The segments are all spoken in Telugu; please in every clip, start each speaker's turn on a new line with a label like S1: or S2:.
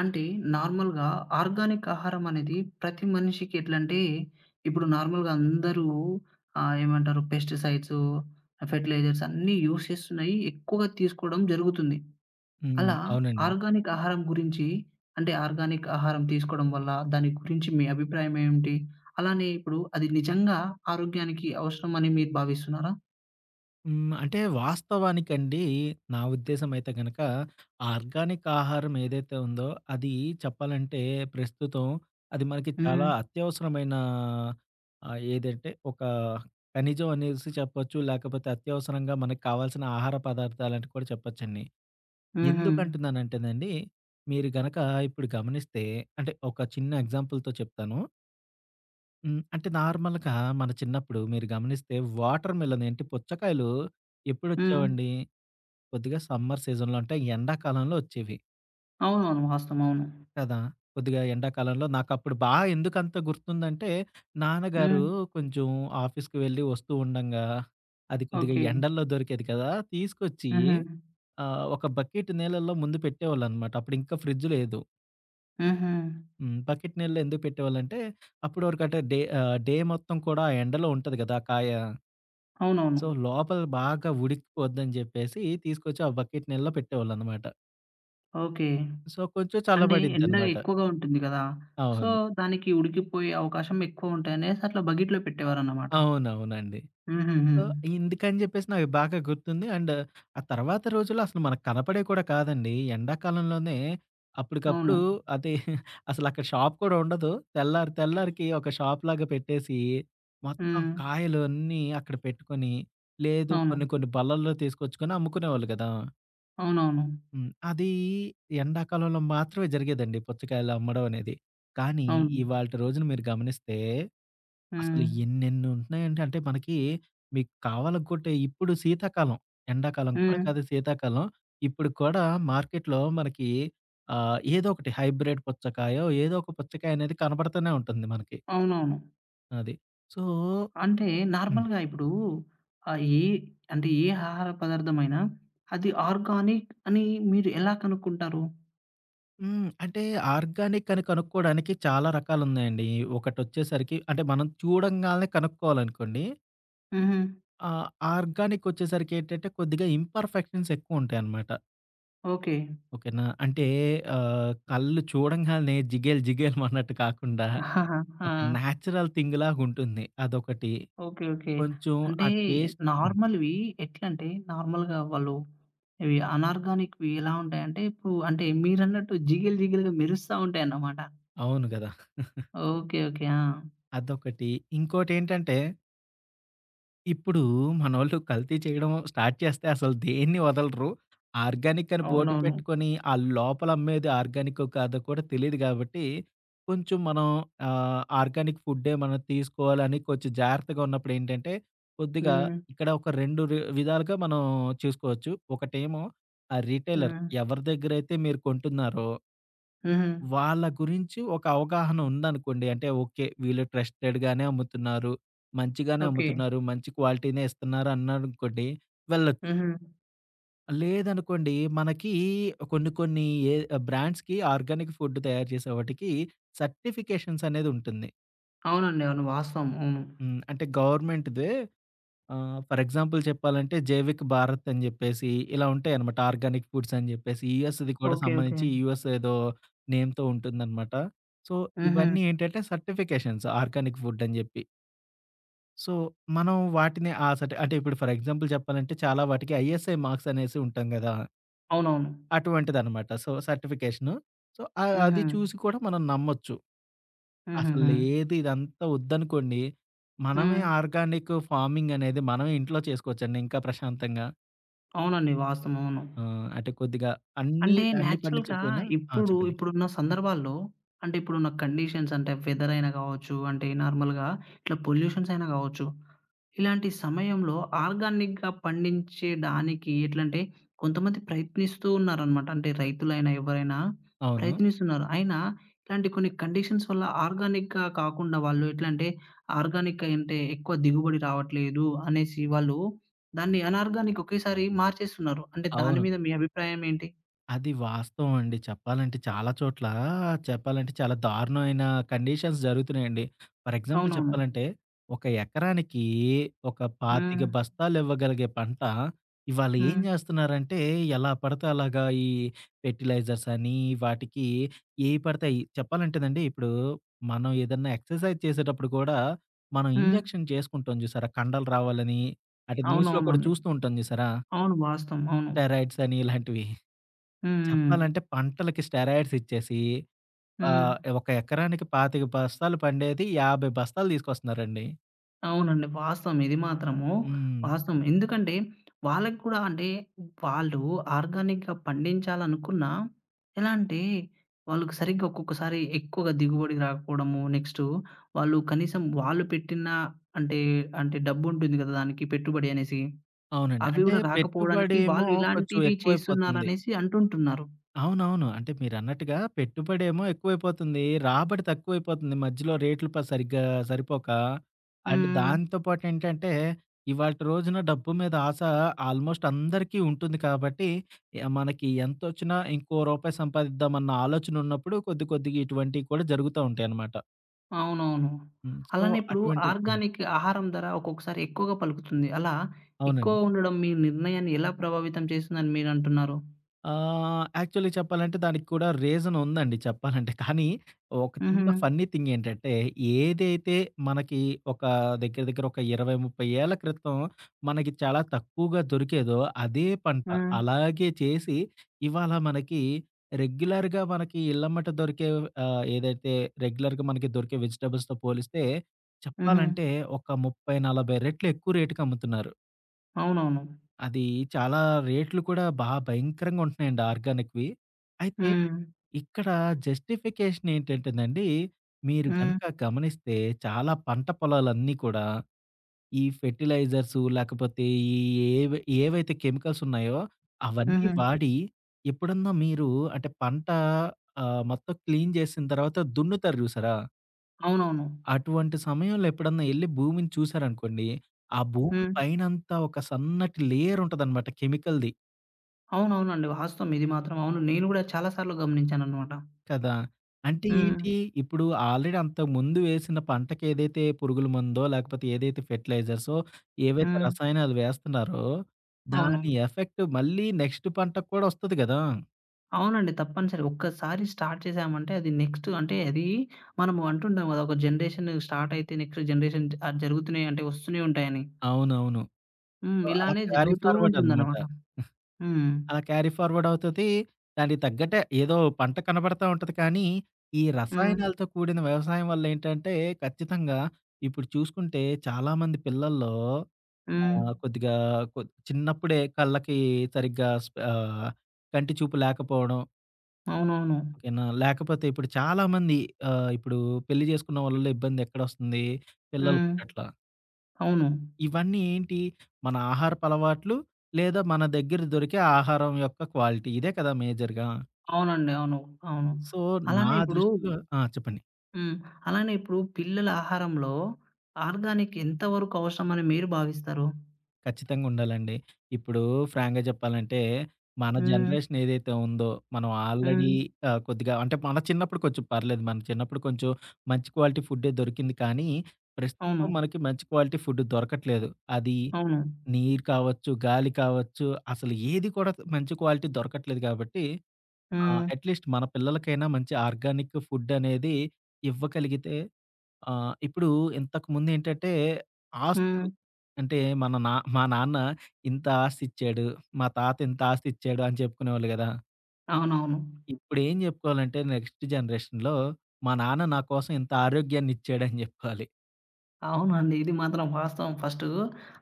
S1: అంటే నార్మల్‌గా ఆర్గానిక్ ఆహారం అనేది ప్రతి మనిషికి ఎట్లంటే, ఇప్పుడు నార్మల్‌గా అందరూ ఏమంటారు పెస్టిసైడ్స్, ఫెర్టిలైజర్స్ అన్నీ యూజ్ చేస్తున్నాయి. ఎక్కువగా తీసుకోవడం జరుగుతుంది.
S2: హ్మ్.
S1: అలా
S2: అవునండి.
S1: ఆర్గానిక్ ఆహారం గురించి అంటే ఆర్గానిక్ ఆహారం తీసుకోవడం వల్ల దాని గురించి మీ అభిప్రాయం ఏమిటి? అలానే ఇప్పుడు అది నిజంగా ఆరోగ్యానికి అవసరం అని మీరు భావిస్తున్నారా?
S2: హ్మ్. అంటే వాస్తవానికండి, నా ఉద్దేశం అయితే గనక ఆర్గానిక్ ఆహారం ఏదైతే ఉందో అది చెప్పాలంటే ప్రస్తుతం అది మనకి చాలా
S1: హ్మ్.
S2: అత్యవసరమైన ఏదంటే ఒక ఖనిజం అనేసి చెప్పొచ్చు. లేకపోతే అత్యవసరంగా మనకు కావాల్సిన ఆహార పదార్థాలని కూడా చెప్పొచ్చండి.
S1: హుహు.
S2: ఎందుకంటున్నానంటేనండి, మీరు గనక ఇప్పుడు గమనిస్తే, అంటే ఒక చిన్న ఎగ్జాంపుల్‌తో చెప్తాను. హ్మ్. అంటే నార్మల్‌గా మన చిన్నప్పుడు మీరు గమనిస్తే వాటర్ మిలన్ ఏంటి పుచ్చకాయలు
S1: హ్మ్.
S2: ఎప్పుడొచ్చేవండి? కొద్దిగా సమ్మర్ సీజన్‌లో అంటే ఎండాకాలంలో వచ్చేవి.
S1: అవునవును. వాస్తవం. అవును.
S2: కదా! కొద్దిగా ఎండాకాలంలో నాకప్పుడు బా ఎందుకంత గుర్తుందంటే,
S1: హ్మ్.
S2: నాన్నగారు కొంచెం ఆఫీస్‌కి వెళ్ళి వస్తూ ఉండంగా, అది కొద్దిగా
S1: ఓకే.
S2: ఎండల్లో దొరికేది కదా! తీసుకొచ్చి
S1: హుహు.
S2: ఒక బకెట్ నీళ్ళల్లో ముందు పెట్టేవాళ్ళనమాట. అప్పుడు ఇంకా ఫ్రిడ్జ్ లేదు.
S1: హుహు.
S2: హ్మ్. బకెట్ నీళ్ళలో ఎందుకు పెట్టేవాళ్ళంటే, అప్పటి వరకు అంటే డే మొత్తం కూడా ఆ ఎండలో ఉంటది కదా! కాయ.
S1: అవునవును.
S2: సో, లోపల బాగా ఉడికిపోద్దని జెప్పేసి తీసుకొచ్చి ఆ బకెట్ నీళ్ళలో పెట్టేవాళ్ళనమాట.
S1: ఓకే.
S2: సో, కొంచెం
S1: అంటే ఎండ
S2: చల్లబడిద్దనమాట.
S1: ఎక్కువగా ఉంటుంది గదా! సో,
S2: అవును.
S1: దానికి ఉడికిపోయే అవకాశం ఎక్కువుంటాయనేసి అట్లా బకెట్‌లో పెట్టేవారన్నమాట.
S2: అవునవునండి.
S1: హుహుహు.
S2: సో, ఇందుకని జెప్పేసి నాకు బాగా గుర్తుంది. అండ్ ఆ తర్వాత రోజుల్లో అసలు మనకు కనపడేవి కూడా కాదండి. ఎండాకాలంలోనే
S1: అవును.
S2: అప్పటికప్పుడు అది అసలక్కడ షాప్ కూడా ఉండదు. తెల్లారి తెల్లారికి ఒక షాప్‌లాగా పెట్టేసి, మొత్తం
S1: హ్మ్.
S2: కాయలు అన్నీ అక్కడ పెట్టుకొని, లేదు
S1: అవును.
S2: కొన్ని కొన్ని బల్లల్లో తీసుకొచ్చుకొని అమ్ముకునేవాళ్ళు గదా!
S1: అవునవును.
S2: హ్మ్. అది ఎండాకాలంలో మాత్రమే జరిగేదండి, పుచ్చకాయలు అమ్మడం అనేది. కానీ
S1: అవును.
S2: ఇవాల్టి రోజున మీరు గమనిస్తే అసలు
S1: హ్మ్.
S2: ఎన్నెన్ని ఉంటున్నాయంటే, అంటే మనకి మీకు కావాలనుకుంటే ఇప్పుడు శీతాకాలం, ఎండాకాలం కూడా
S1: హ్మ్.
S2: కాదు శీతాకాలం. ఇప్పుడు కూడా మార్కెట్‌లో మనకి ఏదో ఒకటి హైబ్రిడ్ పుచ్చకాయో ఏదో ఒక పుచ్చకాయ అనేది కనపడుతూనే ఉంటుంది మనకి.
S1: అవునవును.
S2: అది. సో,
S1: అంటే
S2: హ్మ్.
S1: నార్మల్‌గా ఇప్పుడు ఆహ్, ఏ అంటే ఏ ఆహార పదార్థమైనా అది ఆర్గానిక్ అని మీరు ఎలా కనుక్కుంటారు?
S2: హ్మ్. అంటే ఆర్గానిక్ అని కనుక్కోవడానికి చాలా రకాలున్నాయండి. ఒకటొచ్చేసరికి అంటే మనం చూడంగాల్నే కనుక్కోవాలనుకోండి.
S1: హుహు.
S2: ఆ! ఆర్గానిక్ వచ్చేసరికేంటంటే, కొద్దిగా ఇంపర్ఫెక్షన్స్ ఎక్కువుంటాయనమాట.
S1: ఓకే.
S2: ఓకేనా? అంటే కళ్ళు చూడంగాల్నే జిగేల్ జిగేల్ మన్నట్టు కాకుండా,
S1: ఆహాహా! ఆ!
S2: ఒక నేచురల్ థింగ్ లాగుంటుంది. అదొకటి.
S1: ఓకే. ఓకే.
S2: కొంచెం
S1: అంటే
S2: ఆ టేస్ట్. హ్మ్.
S1: నార్మల్‌వి ఎట్లంటే, నార్మల్‌గా వాళ్ళు ఇవి అనార్గానిక్‌వి ఎలా ఉంటాయంటే, ఇప్పుడు అంటే మీరన్నట్టు జిగేలు జిగేలుగా మెరుస్తా ఉంటాయన్నమాట.
S2: అవును గదా!
S1: ఓకే. ఓకే. ఆ!
S2: అదొకటి. ఇంకోటేంటంటే, ఇప్పుడు మనోళ్ళు కల్తీ చేయడం స్టార్ట్ చేస్తే అసలు దేన్ని వదలరు. ఆర్గానిక్ అని బోర్డు
S1: అవునవును.
S2: పెట్టుకొని, ఆ లోపల అమ్మేది ఆర్గానికో కాదో కూడా తెలీదు గాబట్టి, కొంచెం మనం ఆర్గానిక్ ఫుడ్డే మనం తీసుకోవాలని కొంచెం జాగ్రత్తగా ఉన్నప్పుడేంటంటే, కొద్దిగా
S1: హ్మ్.
S2: ఇక్కడ ఒక 2 రి విధాలుగా మనం చూసుకోవచ్చు. ఒకటేమో ఆ రిటైలర్
S1: హ్మ్.
S2: ఎవరి దగ్గరైతే మీరు కొంటున్నారో
S1: హుహు.
S2: వాళ్ళ గురించి ఒక అవగాహన ఉందనుకోండి. అంటే ఓకే, వీళ్ళు ట్రస్టెడ్‌గానే అమ్ముతున్నారు. మంచిగానే
S1: ఓకే.
S2: అమ్ముతున్నారు. మంచి క్వాలిటీనే ఇస్తున్నారు అన్నారనుకోండి, వెళ్ళొచ్చు.
S1: హుహు.
S2: లేదనుకోండి మనకి కొన్ని కొన్ని ఏ బ్రాండ్స్‌కి ఆర్గానిక్ ఫుడ్ తయారు చేసే వాటికి సర్టిఫికేషన్స్ అనేది ఉంటుంది.
S1: అవునండి. అవును. వాస్తవం. అవును.
S2: హ్మ్. అంటే గవర్నమెంట్‌దే ఫర్ ఎగ్జాంపుల్ చెప్పాలంటే 'జైవిక్ భారత్' అని జెప్పేసి ఇలా ఉంటాయన్నమాట. ఆర్గానిక్ ఫుడ్స్ అని జెప్పేసి యూఎస్‌ది కూడా
S1: ఓకే. ఓకే.
S2: సంబంధించి యూఎస్ ఏదో నేమ్‌తో ఉంటుందన్నమాట. సో,
S1: హుహు.
S2: ఇవన్నీ ఏంటంటే సర్టిఫికేషన్స్ ఆర్గానిక్ ఫుడ్ అని జెప్పి. సో, మనం వాటిని ఆ సర్టి, అంటే ఇప్పుడు ఫర్ ఎగ్జాంపుల్ చెప్పాలంటే చాలా వాటికి ఐఎస్ఐ మార్క్స్ అనేసి ఉంటాం గదా!
S1: అవునవును.
S2: అటువంటిదన్నమాట. So, certification. సో, అది
S1: హుహు.
S2: చూసి కూడా మనం నమ్మొచ్చు. అసలు
S1: హుహుహు.
S2: లేదు ఇదంతా వద్దనుకోండి, మనమే
S1: హ్మ్.
S2: ఆర్గానిక్ ఫార్మింగ్ అనేది మనమే ఇంట్లో చేసుకోవచ్చండి ఇంకా ప్రశాంతంగా.
S1: అవునండి. వాస్తవం. అవును.
S2: ఆ! అంటే కొద్దిగా అన్నీ
S1: అంటే
S2: అన్నీ
S1: నేచురల్‌గా
S2: పండించకపోయినా. ఆ! చెప్పండి.
S1: ఇప్పుడున్న సందర్భాల్లో అంటే, ఇప్పుడున్న కండిషన్స్ అంటే వెదర్ అయినా కావచ్చు, అంటే నార్మల్‌గా ఇట్లా పొల్యూషన్స్ అయినా కావచ్చు. ఇలాంటి సమయంలో ఆర్గానిక్‌గా పండించేడానికి ఎట్లంటే, కొంతమంది ప్రయత్నిస్తూ ఉన్నారనమాట. అంటే రైతులైనా, ఎవరైనా
S2: అవును.
S1: ప్రయత్నిస్తున్నారు. అయినా ఇలాంటి కొన్ని కండిషన్స్ వల్ల ఆర్గానిక్‌గా కాకుండా వాళ్ళు ఎట్లంటే, ఆర్గానిక్ అంటే ఎక్కువ దిగుబడి రావట్లేదు అనేసి వాళ్ళు దాన్ని అనార్గానిక్ ఒకేసారి మార్చేస్తున్నారు. అంటే దాని
S2: అవును.
S1: మీద మీ అభిప్రాయం ఏంటి?
S2: అది వాస్తవం అండి. చెప్పాలంటే చాలా చోట్ల, చెప్పాలంటే చాలా దారుణమైన కండిషన్స్ జరుగుతున్నాయండి. ఫర్ ఎగ్జాంపుల్
S1: అవునవును.
S2: చెప్పాలంటే ఒక ఎకరానికి ఒక
S1: హ్మ్.
S2: 25 బస్తాలు ఇవ్వగలిగే పంట ఇవాళ ఏం
S1: హ్మ్.
S2: జేస్తున్నారంటే ఎలా పడితే అలాగా ఈ ఫెర్టిలైజర్స్ అని వాటికి ఏవి పడితే అయి చెప్పాలంటేనండి, ఇప్పుడు మనం ఏదన్నా ఎక్సర్సైజ్ చేసేటప్పుడు కూడా మనం
S1: హ్మ్.
S2: ఇంజెక్షన్ చేసుకుంటాం జూసారా? కండలు రావాలని. అటు న్యూస్‌లో కూడా
S1: అవునవునండి.
S2: చూస్తూ ఉంటాం జూసారా?
S1: అవును. వాస్తవం. అవును.
S2: స్టెరాయిడ్స్ అని ఇలాంటివి.
S1: హ్మ్.
S2: చెప్పాలంటే పంటలకి స్టెరాయిడ్స్ ఇచ్చేసి
S1: హ్మ్.
S2: ఒక ఎకరానికి 25 బస్తాలు పండేది 50 బస్తాలు తీసుకొస్తున్నారండి.
S1: అవునండి. వాస్తవం ఇది మాత్రము
S2: హ్మ్.
S1: వాస్తవం. ఎందుకంటే వాళ్ళకి కూడా అంటే వాళ్ళు ఆర్గానిక్‌గా పండించాలనుకున్నా ఎలా అంటే వాళ్ళకి సరిగ్గా ఒక్కొక్కసారి ఎక్కువగా దిగుబడి రాకపోవడము. నెక్స్టు వాళ్ళు కనీసం వాళ్ళు పెట్టిన అంటే, డబ్బుంటుంది కదా! దానికి పెట్టుబడి అనేసి.
S2: అవునండి.
S1: అవి
S2: అంటే
S1: కూడా రాకపోవడానికి
S2: పెట్టుబడేమో
S1: వాళ్ళు
S2: కొంచెం
S1: ఇలాంటివి
S2: ఎక్కువైపోతుంది.
S1: చేస్తున్నారనేసి అంటుంటున్నారు.
S2: అవునవును. అంటే మీరన్నట్టుగా పెట్టుబడేమో ఎక్కువైపోతుంది. రాబడి తక్కువైపోతుంది. మధ్యలో రేట్లు సరిగ్గా సరిపోక. అండ్
S1: హ్మ్.
S2: దాంతో పాటేంటంటే, ఇవాల్టి రోజున డబ్బు మీద ఆశ ఆల్మోస్ట్ అందరికీ ఉంటుంది కాబట్టి, యాహ్, మనకి ఎంతొచ్చినా ఇంకో రూపాయి సంపాదిద్దామన్న ఆలోచనున్నప్పుడు కొద్ది కొద్దిగా ఇటువంటివి కూడా జరుగుతా ఉంటాయనమాట.
S1: అవునవును.
S2: హ్మ్. సో,
S1: అలానే ఇప్పుడు
S2: అటువంటిది. ఆ!
S1: ఆర్గానిక్ ఆహారం ధర ఒక్కొక్కసారి ఎక్కువగా పలుకుతుంది. అలా
S2: అవునండి.
S1: ఎక్కువ ఉండడం మీ నిర్ణయాన్ని ఎలా ప్రభావితం చేసిందని మీరంటున్నారు?
S2: యాక్చువల్లీ చెప్పాలంటే దానికి కూడా రీజన్ ఉందండి చెప్పాలంటే. కానీ ఒక చిన్న
S1: హుహు.
S2: ఫన్నీ థింగ్ ఏంటంటే, ఏదైతే మనకి ఒక దగ్గర దగ్గర ఒక 20, 30 ఏళ్ల క్రితం మనకి చాలా తక్కువగా దొరికేదో, అదే పంట
S1: హ్మ్.
S2: అలాగే చేసి ఇవాళ మనకి రెగ్యులర్‌గా మనకి ఇళ్ళమ్మట దొరికే ఏదైతే రెగ్యులర్‌గా మనకి దొరికే వెజిటబుల్స్‌తో పోలిస్తే
S1: హుహు.
S2: చెప్పాలంటే ఒక 30, 40 రెట్లు ఎక్కువ రేటుకి అమ్ముతున్నారు.
S1: అవునవును.
S2: అది, చాలా రేట్లు కూడా బా భయంకరంగా ఉంటున్నాయండి ఆర్గానిక్‌వి. అయితే
S1: హ్మ్.
S2: ఇక్కడ జస్టిఫికేషన్ ఏంటంటేనండి, మీరు
S1: హ్మ్.
S2: గనక గమనిస్తే చాలా పంట పొలాలన్నీ కూడా ఈ ఫెర్టిలైజర్స్ లేకపోతే ఈ ఏవి ఏవైతే కెమికల్స్ ఉన్నాయో అవన్నీ
S1: హుహు.
S2: వాడి ఎప్పుడన్నా మీరు, అంటే పంట మొత్తం క్లీన్ చేసిన తర్వాత దున్నుతారు చూసారా?
S1: అవునవును.
S2: అటువంటి సమయంలో ఎప్పుడన్నా ఎళ్లి భూమిని చూసారనుకోండి, ఆ భూమి
S1: హ్మ్.
S2: పైనంతా ఒక సన్నటి లేయర్ ఉంటదనమాట కెమికల్‌ది.
S1: అవునవునండి. వాస్తవం ఇది మాత్రం అవును. నేను గూడా చాలా సార్లు గమనించాననమాట.
S2: కదా! అంటే
S1: హ్మ్.
S2: ఏంటి? ఇప్పుడు ఆల్రెడీ అంతకుముందు వేసిన పంటకేదైతే పురుగుల మందో, లేకపోతే ఏదైతే ఫెర్టిలైజర్సో, ఏవైతే
S1: హ్మ్.
S2: రసాయనాలు వేస్తున్నారో,
S1: అవును.
S2: దాని ఎఫెక్ట్ మళ్ళీ నెక్స్ట్ పంటకు కూడా వస్తది కదా!
S1: అవునండి. తప్పనిసరి. ఒక్కసారి స్టార్ట్ చేసామంటే అది నెక్స్ట్ అంటే అది మనము అంటుంటాం గదా! ఒక జనరేషన్ స్టార్ట్ అయితే నెక్స్ట్ జనరేషన్ జరుగుతున్నాయి అంటే వస్తూనే ఉంటాయని.
S2: అవునవును.
S1: హ్మ్.
S2: సో, అలా
S1: ఇలానే
S2: క్యారీ
S1: జరుగుతూ
S2: ఫార్వర్డ్ అనమాట.
S1: ఉంటుందనమాట. హ్మ్.
S2: అలా క్యారీ ఫార్వర్డ్ అవుతది. దానికి తగ్గట్టే ఏదో పంట కనబడతా ఉంటది కానీ, ఈ
S1: హ్మ్.
S2: రసాయనాలతో కూడిన వ్యవసాయం వల్లేంటంటే, ఖచ్చితంగా ఇప్పుడు చూసుకుంటే చాలామంది పిల్లల్లో ఆ!
S1: హ్మ్.
S2: కొద్దిగా కొ చిన్నప్పుడే కళ్ళకి సరిగ్గా కంటి చూపు లేకపోవడం.
S1: అవునవును.
S2: ఓకేనా. లేకపోతే ఇప్పుడు చాలామంది ఇప్పుడు పెళ్లి చేసుకున్న వాళ్ళలో ఇబ్బంది ఎక్కడొస్తుంది? పిల్లలు
S1: హ్మ్.
S2: పుట్టట్ల.
S1: అవును.
S2: ఇవన్నీ ఏంటి? మన ఆహారపు అలవాట్లు లేదా మన దగ్గర దొరికే ఆహారం యొక్క క్వాలిటీ. ఇదే కదా మేజర్‌గా.
S1: అవునండి. అవును. అవును.
S2: సో, నా
S1: అలానే ఇప్పుడు
S2: దృష్టిలో. ఆ! చెప్పండి.
S1: హ్మ్. అలానే ఇప్పుడు పిల్లల ఆహారంలో ఆర్గానిక్ ఎంత వరకు అవసరమని మీరు భావిస్తారు?
S2: ఖచ్చితంగా ఉండాలండి. ఇప్పుడు ఫ్రాంక్‌గా చెప్పాలంటే, మన
S1: హ్మ్.
S2: జనరేషన్ ఏదైతే ఉందో, మనం ఆల్రెడీ
S1: హ్మ్.
S2: కొద్దిగా అంటే మన చిన్నప్పుడు కొంచెం పర్లేదు. మన చిన్నప్పుడు కొంచెం మంచి క్వాలిటీ ఫుడ్డే దొరికింది. కానీ, ప్రస్తుతం
S1: అవును.
S2: మనకి మంచి క్వాలిటీ ఫుడ్ దొరకట్లేదు. అది
S1: అవును.
S2: నీరు కావచ్చు, గాలి కావచ్చు, అసలు ఏది కూడా మంచి క్వాలిటీ దొరకట్లేదు కాబట్టి,
S1: హ్మ్.
S2: అట్‌లీస్ట్ మన పిల్లలకైనా మంచి ఆర్గానిక్ ఫుడ్ అనేది ఇవ్వగలిగితే. ఆ! ఇప్పుడు ఇంతకుముందేంటంటే హ్మ్.
S1: హ్మ్.
S2: ఆస్తులు, అంటే నా మా నాన్న ఇంత ఆస్తిచ్చాడు, మా తాత ఇంత ఆస్తిచ్చాడు అని చెప్పుకునేవాళ్ళు గదా!
S1: అవునవును.
S2: ఇప్పుడేం జెప్పుకోవాలంటే నెక్స్ట్ జనరేషన్‌లో మా నాన్న నా కోసం ఇంత ఆరోగ్యాన్నిచ్చాడని జెప్పుకోవాలి.
S1: అవునండి. ఇది మాత్రం వాస్తవం. ఫస్టు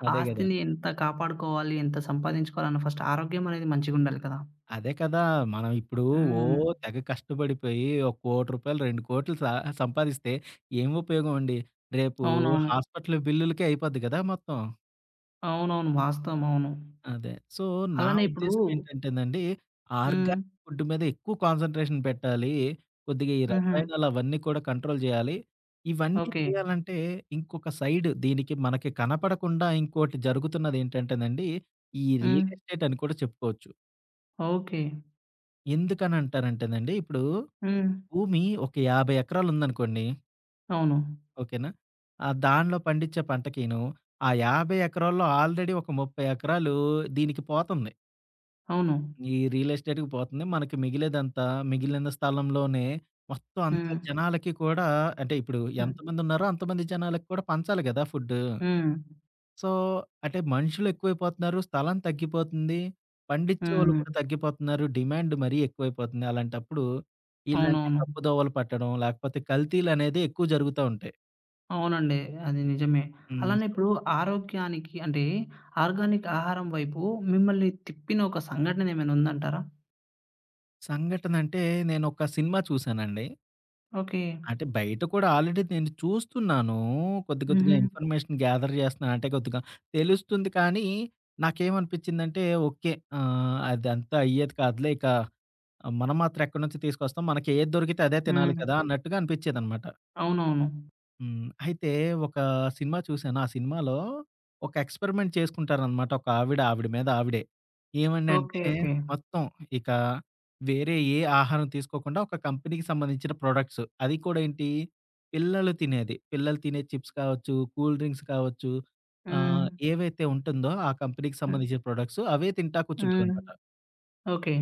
S2: అదే గదా!
S1: ఆస్తిని ఎంత కాపాడుకోవాలి, ఎంత సంపాదించుకోవాలన్న ఫస్ట్ ఆరోగ్యం అనేది మంచిగుండాలి కదా!
S2: అదే కదా! మనం ఇప్పుడు ఓ
S1: హ్మ్.
S2: తెగ కష్టపడిపోయి ఒక రూ. 1,00,00,000, 2,00,00,000 సంపాదిస్తే ఏం ఉపయోగం అండి? రేపు
S1: అవునవును.
S2: హాస్పిటల్ బిల్లులకే అయిపోద్ది గదా! మొత్తం.
S1: అవునవును. వాస్తవం. అవును.
S2: అదే. సో, నా
S1: అలానే ఇప్పుడు
S2: ఉద్దేశ్యం ఏంటంటేనండి,
S1: హ్మ్.
S2: ఆర్గానిక్ ఫుడ్ మీద ఎక్కువ కాన్సంట్రేషన్ పెట్టాలి. కొద్దిగా ఈ
S1: హుహు.
S2: రసాయనాలవన్నీ కూడా కంట్రోల్ జేయాలి. ఇవన్నీ
S1: ఓకే.
S2: చేయాలంటే, ఇంకొక సైడ్ దీనికి మనకి కనపడకుండా ఇంకోటి జరుగుతున్నదేంటంటేనండి, ఈ
S1: హ్మ్.
S2: రియల్ ఎస్టేట్ అని కూడా చెప్పుకోవచ్చు.
S1: ఓకే.
S2: ఎందుకనంటారంటేనండి, ఇప్పుడు
S1: హ్మ్.
S2: భూమి ఒక 50 ఎకరాలుందనుకోండి,
S1: అవును.
S2: ఓకేనా? దానిలో పండించే పంటకిను, ఆ 50 ఎకరాల్లో ఆల్రెడీ ఒక 30 ఎకరాలు దీనికి పోతుంది.
S1: అవును.
S2: ఈ రియల్ ఎస్టేట్‌కి పోతుంది. మనకి మిగిలేదంతా, మిగిలిన స్థలంలోనే మొత్తం అంతా
S1: హ్మ్.
S2: జనాలకి కూడా, అంటే ఇప్పుడు
S1: హ్మ్.
S2: ఎంతమంది ఉన్నారో అంతమంది జనాలకి కూడా పంచాలి గదా! ఫుడ్డు.
S1: హ్మ్.
S2: సో, అంటే మనుషులు ఎక్కువైపోతున్నారు. స్థలం తగ్గిపోతుంది. పండించేవాళ్ళు
S1: హ్మ్.
S2: కూడా తగ్గిపోతున్నారు. డిమాండ్ మరీ ఎక్కువైపోతుంది. అలాంటప్పుడు ఇలాంటి
S1: అవునవును.
S2: తప్పుదోవలు పట్టడం లేకపోతే కల్తీలనేది ఎక్కువ జరుగుతా ఉంటాయి.
S1: అవునండి. అది నిజమే.
S2: హ్మ్.
S1: అలానే
S2: సో,
S1: ఇప్పుడు ఆరోగ్యానికి అంటే ఆర్గానిక్ ఆహారం వైపు మిమ్మల్ని తిప్పిన ఒక సంఘటన ఏమైనా ఉందంటారా?
S2: సంఘటనంటే నేనొక సినిమా చూసానండి.
S1: ఓకే.
S2: అంటే బయట కూడా ఆల్రెడీ నేను చూస్తున్నాను. కొద్ది కొద్దిగా
S1: హుహు.
S2: ఇన్ఫర్మేషన్ గ్యాదర్ చేస్తున్నాను. అంటే కొద్దిగా తెలుస్తుంది కానీ, నాకేమనిపించిందంటే ఓకే, అదంతా అయ్యేది కాదులే. ఇక మనం మాత్రం ఎక్కడి నుంచి తీసుకొస్తాం. మనకి ఏది దొరికితే అదే తినాలి
S1: హ్మ్.
S2: కదా! అన్నట్టుగా అనిపించేదనమాట.
S1: అవునవును.
S2: హ్మ్. అయితే ఒక సినిమా చూసాను. ఆ సినిమాలో ఒక ఎక్స్‌పెరిమెంట్ చేసుకుంటారనమాట. ఒక ఆవిడ, ఆవిడ మీద ఆవిడే.
S1: ఓకే.
S2: ఏమనంటే
S1: ఓకే.
S2: మొత్తం ఇక వేరే ఏ ఆహారం తీసుకోకుండా ఒక కంపెనీకి సంబంధించిన ప్రొడక్ట్స్. అది కూడా ఏంటి, పిల్లలు తినేది. పిల్లలు తినే చిప్స్ కావచ్చు, కూల్ డ్రింక్స్ కావచ్చు,
S1: హ్మ్.
S2: ఏవైతే ఉంటుందో ఆ కంపెనీకి
S1: హ్మ్.
S2: సంబంధించిన ప్రొడక్ట్స్ అవే తింటా
S1: హ్మ్.
S2: కూర్చుంటదనమాట.
S1: ఓకే.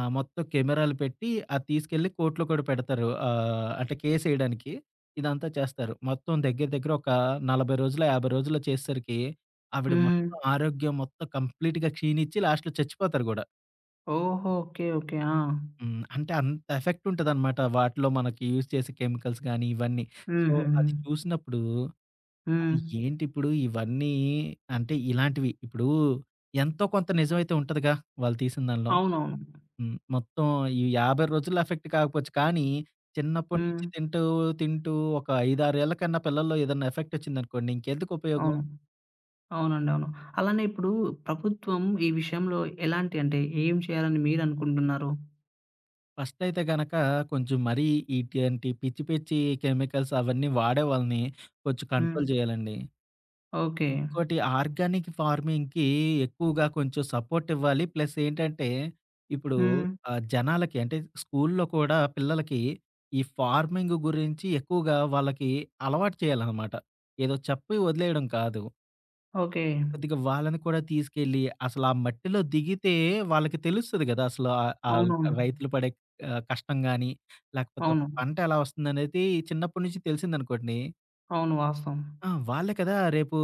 S2: ఆ! మొత్తం కెమెరాలు పెట్టి అది తీసుకెళ్ళి కోర్ట్‌లో కూడా పెడతారు. అంటే కేసేయడానికి ఇదంతా చేస్తారు. మొత్తం దగ్గర దగ్గర ఒక 40 రోజులో, 50 రోజుల్లో చేసేసరికి ఆవిడ మొత్తం
S1: హ్మ్.
S2: ఆరోగ్యం మొత్తం కంప్లీట్‌గా క్షీణించి లాస్ట్‌లో చచ్చిపోతారు గూడా.
S1: ఓహో! ఓకే. ఓకే. ఆ!
S2: హ్మ్. అంటే అంత ఎఫెక్ట్ ఉంటదనమాట. వాటిలో మనకి యూజ్ చేసే కెమికల్స్ గానీ ఇవన్నీ. సో,
S1: హుహుహు.
S2: అది చూసినప్పుడు అది
S1: హ్మ్.
S2: ఏంటిప్పుడు ఇవన్నీ, అంటే ఇలాంటివి ఇప్పుడు ఎంతో కొంత నిజమైతే ఉంటదిగా! వాళ్ళు తీసిన దానిలో.
S1: అవునవును.
S2: హ్మ్. మొత్తం ఈ 50 రోజుల్లో ఎఫెక్ట్ కాకపోవచ్చు. కానీ, చిన్నప్పటి
S1: హ్మ్.
S2: నుంచి తింటూ, తింటూ ఒక 5, 6 ఏళ్ల కన్నా పిల్లల్లో ఏదన్నా ఎఫెక్ట్ వచ్చిందనుకోండి ఇంకెందుకు ఉపయోగం?
S1: అవును. అవునండి. అవును. అలానే ఇప్పుడు ప్రభుత్వం ఈ విషయంలో ఎలాంటి అంటే ఏం చేయాలని మీరనుకుంటున్నారు?
S2: ఫస్ట్ అయితే గనక కొంచెం మరీ ఇటువంటి పిచ్చి, పిచ్చి కెమికల్స్ అవన్నీ వాడే వాళ్ళని కొంచెం
S1: హ్మ్.
S2: కంట్రోల్ చేయాలండి.
S1: ఓకే.
S2: ఇంకోటి ఆర్గానిక్ ఫార్మింగ్‌కి ఎక్కువగా కొంచెం సపోర్ట్ ఇవ్వాలి. ప్లస్ ఏంటంటే, ఇప్పుడు
S1: హ్మ్.
S2: జనాలకి అంటే స్కూల్‌లో కూడా పిల్లలకి ఈ ఫార్మింగ్ గురించి ఎక్కువగా వాళ్ళకి అలవాటు చేయాలనమాట. ఏదో చెప్పి వదిలేయడం కాదు.
S1: ఓకే.
S2: కొద్దిగా వాళ్ళని కూడా తీసుకెళ్ళి అసలు ఆ మట్టిలో దిగితే వాళ్ళకి తెలుస్తది గదా! అసలు ఆహ్, ఆహ్,
S1: అవునవును.
S2: రైతులు పడే కష్టం గాని, లేకపోతే ఒక
S1: అవును.
S2: పంట ఎలా వస్తుందనేది చిన్నప్పటి నుంచి తెలిసిందనుకోండి.
S1: అవును. వాస్తవం.
S2: ఆ! వాళ్ళే కదా! రేపు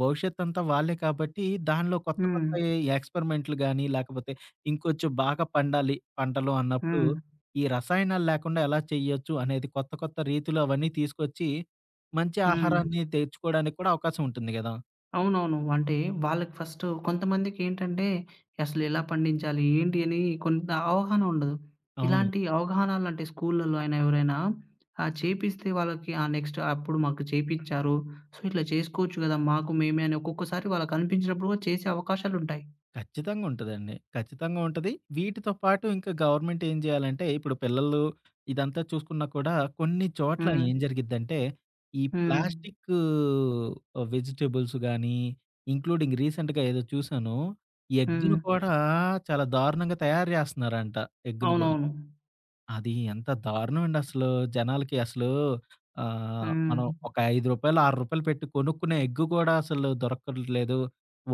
S2: భవిష్యత్తంతా వాళ్ళే కాబట్టి, దానిలో కొత్త కొత్త
S1: హ్మ్.
S2: ఎక్స్‌పెరిమెంట్‌లు గాని, లేకపోతే ఇంకొంచెం బాగా పండాలి పంటలు అన్నప్పుడు,
S1: హ్మ్.
S2: ఈ రసాయనాలు లేకుండా ఎలా చేయొచ్చు అనేది కొత్త కొత్త రీతులు అవన్నీ తీసుకొచ్చి, మంచి
S1: హ్మ్.
S2: ఆహారాన్ని తెచ్చుకోవడానికి కూడా అవకాశం ఉంటుంది గదా!
S1: అవునవును. అంటే వాళ్ళకి ఫస్ట్ కొంతమందికేంటంటే, అసలెలా పండించాలి? ఏంటి? అని కొంత అవగాహన ఉండదు.
S2: అవును.
S1: ఇలాంటి అవగాహన లాంటి స్కూళ్ళలో అయినా ఎవరైనా చేపిస్తే వాళ్ళకి ఆ! నెక్స్ట్ అప్పుడు మాకు చేపిచ్చారు. సో, ఇట్లా చేసుకోవచ్చు గదా! మాకు మేమే అని ఒక్కొక్కసారి వాళ్ళకనిపించినప్పుడు కూడా చేసే అవకాశాలుంటాయి.
S2: ఖచ్చితంగా ఉంటదండి. ఖచ్చితంగా ఉంటది. వీటితో పాటు ఇంకా గవర్నమెంట్ ఏం జేయాలంటే, ఇప్పుడు పిల్లలు ఇదంతా చూసుకున్నా కూడా కొన్ని చోట్ల హ్మ్.
S1: హ్మ్.
S2: ఏం జరిగిద్దంటే, ఈ
S1: హ్మ్.
S2: ప్లాస్టికు వెజిటబుల్స్ గానీ, ఇంక్లూడింగ్ రీసెంట్‌గా ఏదో చూసాను. ఎగ్గును
S1: హ్మ్.
S2: కూడా చాలా దారుణంగా తయారు జేస్తన్నారంట. ఎగ్గును గూడా.
S1: అవునవును.
S2: అది ఎంత దారుణం అండి అసలు. జనాలకి అసలు మనం
S1: హ్మ్.
S2: ఒక రూ. 5, రూ. 6 పెట్టి కొనుక్కునే ఎగ్ కూడా అసలు దొరకట్లేదు.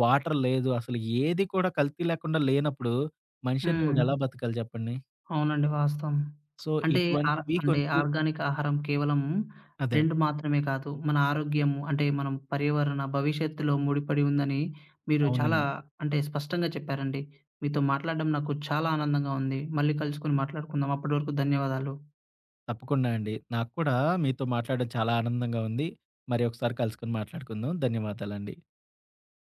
S2: వాటర్ లేదు. అసలు ఏది కూడా కల్తీ లేకుండా లేనప్పుడు మనిషనేవాడు
S1: హ్మ్.
S2: ఎలా బతకాలి చెప్పండి?
S1: అవునండి. వాస్తవం.
S2: సో,
S1: అంటే
S2: ఇటువంటివి కొంచెం
S1: ఆర్గానిక్ ఆహారం కేవలం
S2: అదే.
S1: ట్రెండ్ మాత్రమే కాదు. మన ఆరోగ్యం అంటే మనం పర్యావరణ భవిష్యత్తులో ముడిపడి ఉందని మీరు చాలా
S2: అవునండి.
S1: అంటే స్పష్టంగా చెప్పారండి. మీతో మాట్లాడడం నాకు చాలా ఆనందంగా ఉంది. మళ్ళీ కలుసుకొని మాట్లాడుకుందాం. అప్పటి వరకు ధన్యవాదాలు.
S2: తప్పకుండా అండి. నాకు కూడా మీతో మాట్లాడడం చాలా ఆనందంగా ఉంది. మరి ఒకసారి కలుసుకొని మాట్లాడుకుందాం. ధన్యవాదాలండి.